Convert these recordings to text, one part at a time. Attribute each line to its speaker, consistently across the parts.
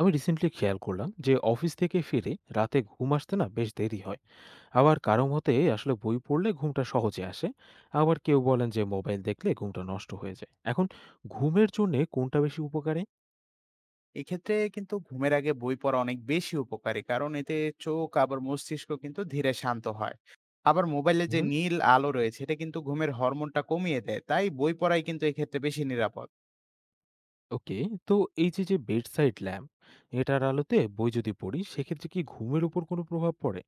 Speaker 1: আমি রিসেন্টলি খেয়াল করলাম যে অফিস থেকে ফিরে রাতে ঘুম আসতে না বেশ দেরি হয়। আবার কারো মতে আসলে বই পড়লে ঘুমটা সহজে আসে। আবার কেউ বলেন যে মোবাইল দেখলে ঘুমটা নষ্ট হয়ে যায়। এখন ঘুমের জন্য কোনটা বেশি উপকারী?
Speaker 2: এক্ষেত্রে কিন্তু ঘুমের আগে বই পড়া অনেক বেশি উপকারী, কারণ এতে চোখ আবার মস্তিষ্ক কিন্তু ধীরে শান্ত হয়। আবার মোবাইলে যে
Speaker 1: হুম।
Speaker 2: নীল আলো রয়েছে এটা কিন্তু ঘুমের হরমোনটা কমিয়ে দেয়, তাই বই পড়াই কিন্তু এক্ষেত্রে বেশি নিরাপদ।
Speaker 1: ওকে। তো এই যে যে বেড সাইড ল্যাম্প, এটার আলোতে বই যদি পড়ি সেক্ষেত্রে কি ঘুমের উপর কোনো প্রভাব পড়ে?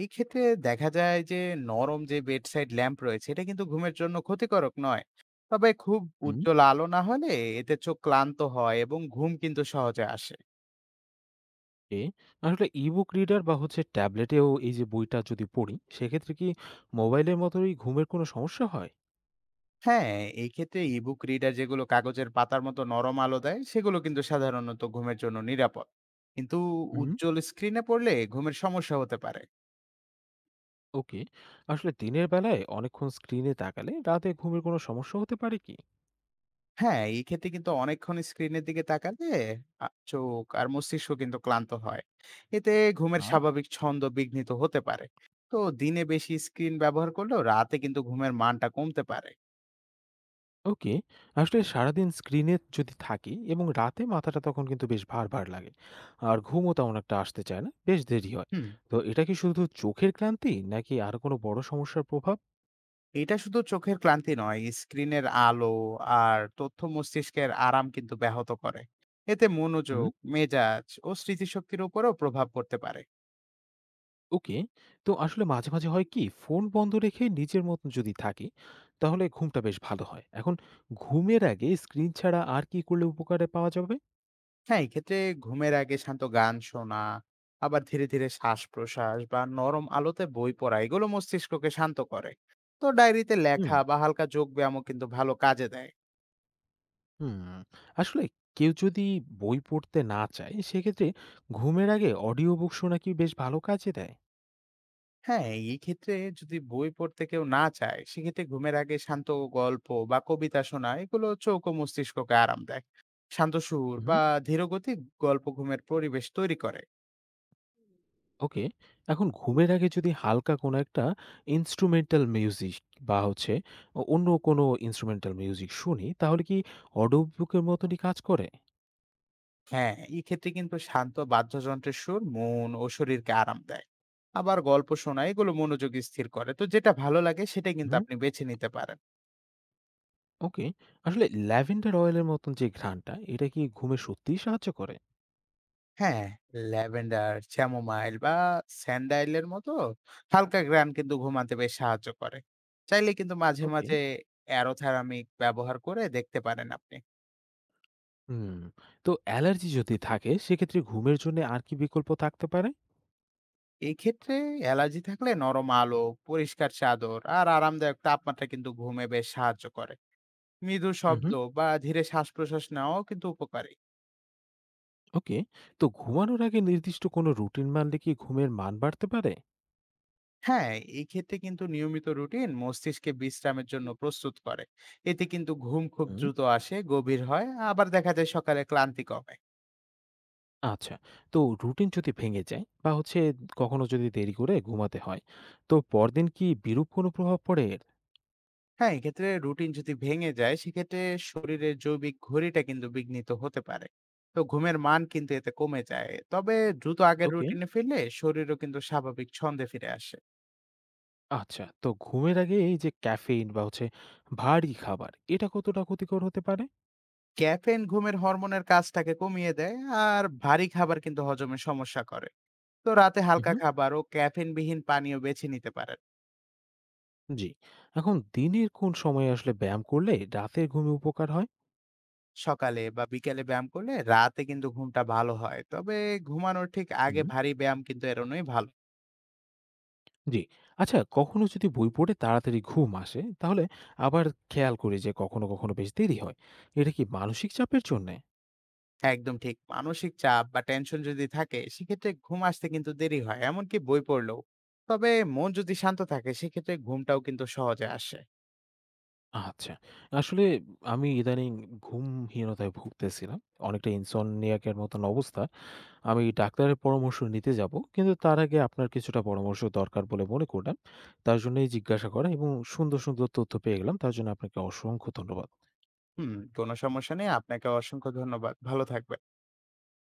Speaker 2: এই ক্ষেত্রে দেখা যায় যে নরম যে বেডসাইড ল্যাম্প রয়েছে এটা কিন্তু ঘুমের জন্য ক্ষতিকারক নয়, তবে খুব
Speaker 1: হুম।
Speaker 2: উজ্জ্বল আলো না হলে এতে চোখ ক্লান্ত হয় এবং ঘুম কিন্তু সহজে আসে।
Speaker 1: এ, আসলে ইবুক রিডার বা হচ্ছে ট্যাবলেটেও এই যে বইটা যদি পড়ি সেক্ষেত্রে কি মোবাইলের মতোই ঘুমের কোনো সমস্যা হয়?
Speaker 2: হ্যাঁ, এই ক্ষেত্রে ইবুক রিডার যেগুলো কাগজের পাতার মতো নরম আলো দেয়, সেগুলো কিন্তু সাধারণত ঘুমের জন্য নিরাপদ। কিন্তু উজ্জ্বল স্ক্রিনে পড়লে ঘুমের সমস্যা হতে পারে।
Speaker 1: ওকে। আসলে দিনের বেলায় অনেকক্ষণ স্ক্রিনে তাকালে রাতে ঘুমের কোনো সমস্যা হতে পারে কি?
Speaker 2: হ্যাঁ, এই ক্ষেত্রে কিন্তু অনেকক্ষণ স্ক্রিনের দিকে তাকালে আ চোখ আর মস্তিষ্ক কিন্তু ক্লান্ত হয়। এতে ঘুমের
Speaker 1: হ্যাঁ।
Speaker 2: স্বাভাবিক ছন্দ বিঘ্নিত হতে পারে। তো দিনে বেশি স্ক্রিন ব্যবহার করলেও রাতে কিন্তু ঘুমের মানটা কমতে পারে।
Speaker 1: ওকে। আসলে সারাদিন স্ক্রিনে যদি থাকি এবং রাতে মাথাটা তখন কিন্তু বেশ ভার ভার লাগে, আর ঘুমও তেমন একটা আসতে চায় না, বেশ দেরি হয়।
Speaker 2: হুম।
Speaker 1: তো এটা কি শুধু চোখের ক্লান্তি নাকি আর কোনো বড় সমস্যার প্রভাব?
Speaker 2: এটা শুধু চোখের ক্লান্তি নয়, স্ক্রিনের আলো আর তথ্য মস্তিষ্কের আরাম কিন্তু ব্যাহত করে। এতে
Speaker 1: হুম।
Speaker 2: মনোযোগ, মেজাজ ও স্মৃতিশক্তির উপরেও প্রভাব পড়তে পারে।
Speaker 1: ওকে। তো আসলে মাঝে মাঝে হয় কি, ফোন বন্ধ রেখে নিজের মতন যদি থাকি তাহলে ঘুমটা বেশ ভালো হয়। এখন ঘুমের আগে স্ক্রিন ছাড়া আর কি করলে উপকারে পাওয়া যাবে?
Speaker 2: হ্যাঁ, এক্ষেত্রে ঘুমের আগে শান্ত গান শোনা, আবার ধীরে ধীরে শ্বাস-প্রশ্বাস বা নরম আলোতে বই পড়া এগুলো মস্তিষ্ককে শান্ত করে। তো ডায়েরিতে
Speaker 1: হুম।
Speaker 2: লেখা বা হালকা যোগ ব্যায়ামও কিন্তু ভালো কাজে দেয়।
Speaker 1: হুম, আসলে কেউ যদি বই পড়তে না চায় সেক্ষেত্রে ঘুমের আগে অডিও বুক শোনা কি বেশ ভালো কাজে দেয়?
Speaker 2: হ্যাঁ, এই ক্ষেত্রে যদি বই পড়তে কেউ না চায়, সেক্ষেত্রে ঘুমের আগে শান্ত গল্প বা কবিতা শোনা এগুলো চোখ ও মস্তিষ্ককে আরাম দেয়। শান্ত সুর
Speaker 1: হুম।
Speaker 2: বা ধীরগতিক গল্প ঘুমের পরিবেশ তৈরি করে।
Speaker 1: ওকে। এখন ঘুমের আগে যদি হালকা কোনো একটা ইনস্ট্রুমেন্টাল মিউজিক বা হচ্ছে অন্য কোনো ইনস্ট্রুমেন্টাল মিউজিক শুনি তাহলে কি অডিও বুকের মতনই কাজ করে?
Speaker 2: হ্যাঁ, এই ক্ষেত্রে কিন্তু শান্ত বাদ্যযন্ত্রের সুর মন ও শরীরকে আরাম দেয়। আবার গল্প শোনা এগুলো মনোযোগ স্থির করে। তো যেটা ভালো লাগে সেটাই কিন্তু
Speaker 1: হুম।
Speaker 2: আপনি বেছে নিতে পারেন।
Speaker 1: ওকে। আসলে ল্যাভেন্ডার অয়েলের মতন যে ঘ্রাণটা, এটা কি ঘুমে সত্যিই সাহায্য করে?
Speaker 2: হ্যাঁ, ল্যাভেন্ডার, চ্যামোমাইল বা স্যান্ডাইলের মতো হালকা ঘ্রাণ কিন্তু ঘুমাতে বেশ সাহায্য করে। চাইলে কিন্তু মাঝে,
Speaker 1: ওকে।
Speaker 2: মাঝে অ্যারোথেরামিক ব্যবহার করে দেখতে পারেন আপনি।
Speaker 1: হুম। তো অ্যালার্জি যদি থাকে সেক্ষেত্রে ঘুমের জন্য আর কি বিকল্প থাকতে পারে?
Speaker 2: এই ক্ষেত্রে অ্যালার্জি থাকলে নরম আলো, পরিষ্কার চাদর আর আরামদায়ক তাপমাত্রা কিন্তু ঘুমে বেশ সাহায্য করে। মৃদু শব্দ বা ধীরে শ্বাস-প্রশ্বাস নেওয়াও কিন্তু উপকারী।
Speaker 1: ওকে। তো ঘুমানোর আগে নির্দিষ্ট কোনো রুটিন মানলে কি ঘুমের মান বাড়তে পারে?
Speaker 2: হ্যাঁ, এই ক্ষেত্রে কিন্তু নিয়মিত রুটিন মস্তিষ্কে বিশ্রামের জন্য প্রস্তুত করে। এতে কিন্তু ঘুম খুব
Speaker 1: হুম।
Speaker 2: দ্রুত আসে, গভীর হয়, আবার দেখা যায় সকালে ক্লান্তি কমে।
Speaker 1: আচ্ছা, তো রুটিন যদি ভেঙে যায় বা হচ্ছে কখনো যদি দেরি করে ঘুমাতে হয়, তো পরদিন কি বিরূপ কোনো প্রভাব পড়ে এর?
Speaker 2: হ্যাঁ, এক্ষেত্রে রুটিন যদি ভেঙে যায় সেক্ষেত্রে শরীরের জৈবিক ঘড়িটা কিন্তু বিঘ্নিত হতে পারে। তো ঘুমের মান কিন্তু এতে কমে যায়, তবে দ্রুত আগের
Speaker 1: ওকে।
Speaker 2: রুটিনে ফিরলে শরীরও কিন্তু স্বাভাবিক ছন্দে ফিরে আসে।
Speaker 1: আচ্ছা, তো ঘুমের আগে এই যে ক্যাফেইন বা হচ্ছে ভারী খাবার, এটা কতটা ক্ষতিকর হতে পারে?
Speaker 2: ক্যাফেন ঘুমের হরমোনের কাজটাকে কমিয়ে দেয়, আর ভারী খাবার কিন্তু হজমে সমস্যা করে। তো রাতে হালকা
Speaker 1: হুম।
Speaker 2: খাবার ও ক্যাফেনবিহীন পানীয় বেছে নিতে পারেন।
Speaker 1: জি। এখন দিনের কোন সময়ে আসলে ব্যায়াম করলে রাতের ঘুমে উপকার
Speaker 2: সকালে বা বিকেলে ব্যায়াম করলে রাতে কিন্তু ঘুমটা ভালো হয়, তবে ঘুমানোর ঠিক আগে
Speaker 1: হয়?
Speaker 2: ভারী ব্যায়াম কিন্তু এড়োনোই ভালো।
Speaker 1: জি। আচ্ছা, কখনো যদি বই পড়ে তাড়াতাড়ি ঘুম আসে, তাহলে আবার খেয়াল করি যে কখনো, কখনো বেশ দেরি হয়। এটা কি মানসিক চাপের জন্যে?
Speaker 2: হ্যাঁ, একদম ঠিক। মানসিক চাপ বা টেনশন যদি থাকে সেক্ষেত্রে ঘুম আসতে কিন্তু দেরি হয়, এমনকি বই পড়লেও। তবে মন যদি শান্ত থাকে সেক্ষেত্রে ঘুমটাও কিন্তু সহজে আসে।
Speaker 1: আচ্ছা। আসলে আমি ইদানিং ঘুমহীনতায় ভুগতেছিলাম। অনেকটা insomniac এর মতন অবস্থা। আমি ডাক্তারের পরামর্শ নিতে যাব। কিন্তু তার আগে আপনার কিছুটা পরামর্শ দরকার বলে মনে করলাম। তার জন্যই জিজ্ঞাসা করা এবং সুন্দর, সুন্দর তথ্য পেয়ে গেলাম। তার জন্য আপনাকে অসংখ্য ধন্যবাদ।
Speaker 2: হুম, কোনো সমস্যা নেই। আপনাকে অসংখ্য ধন্যবাদ, ভালো থাকবেন।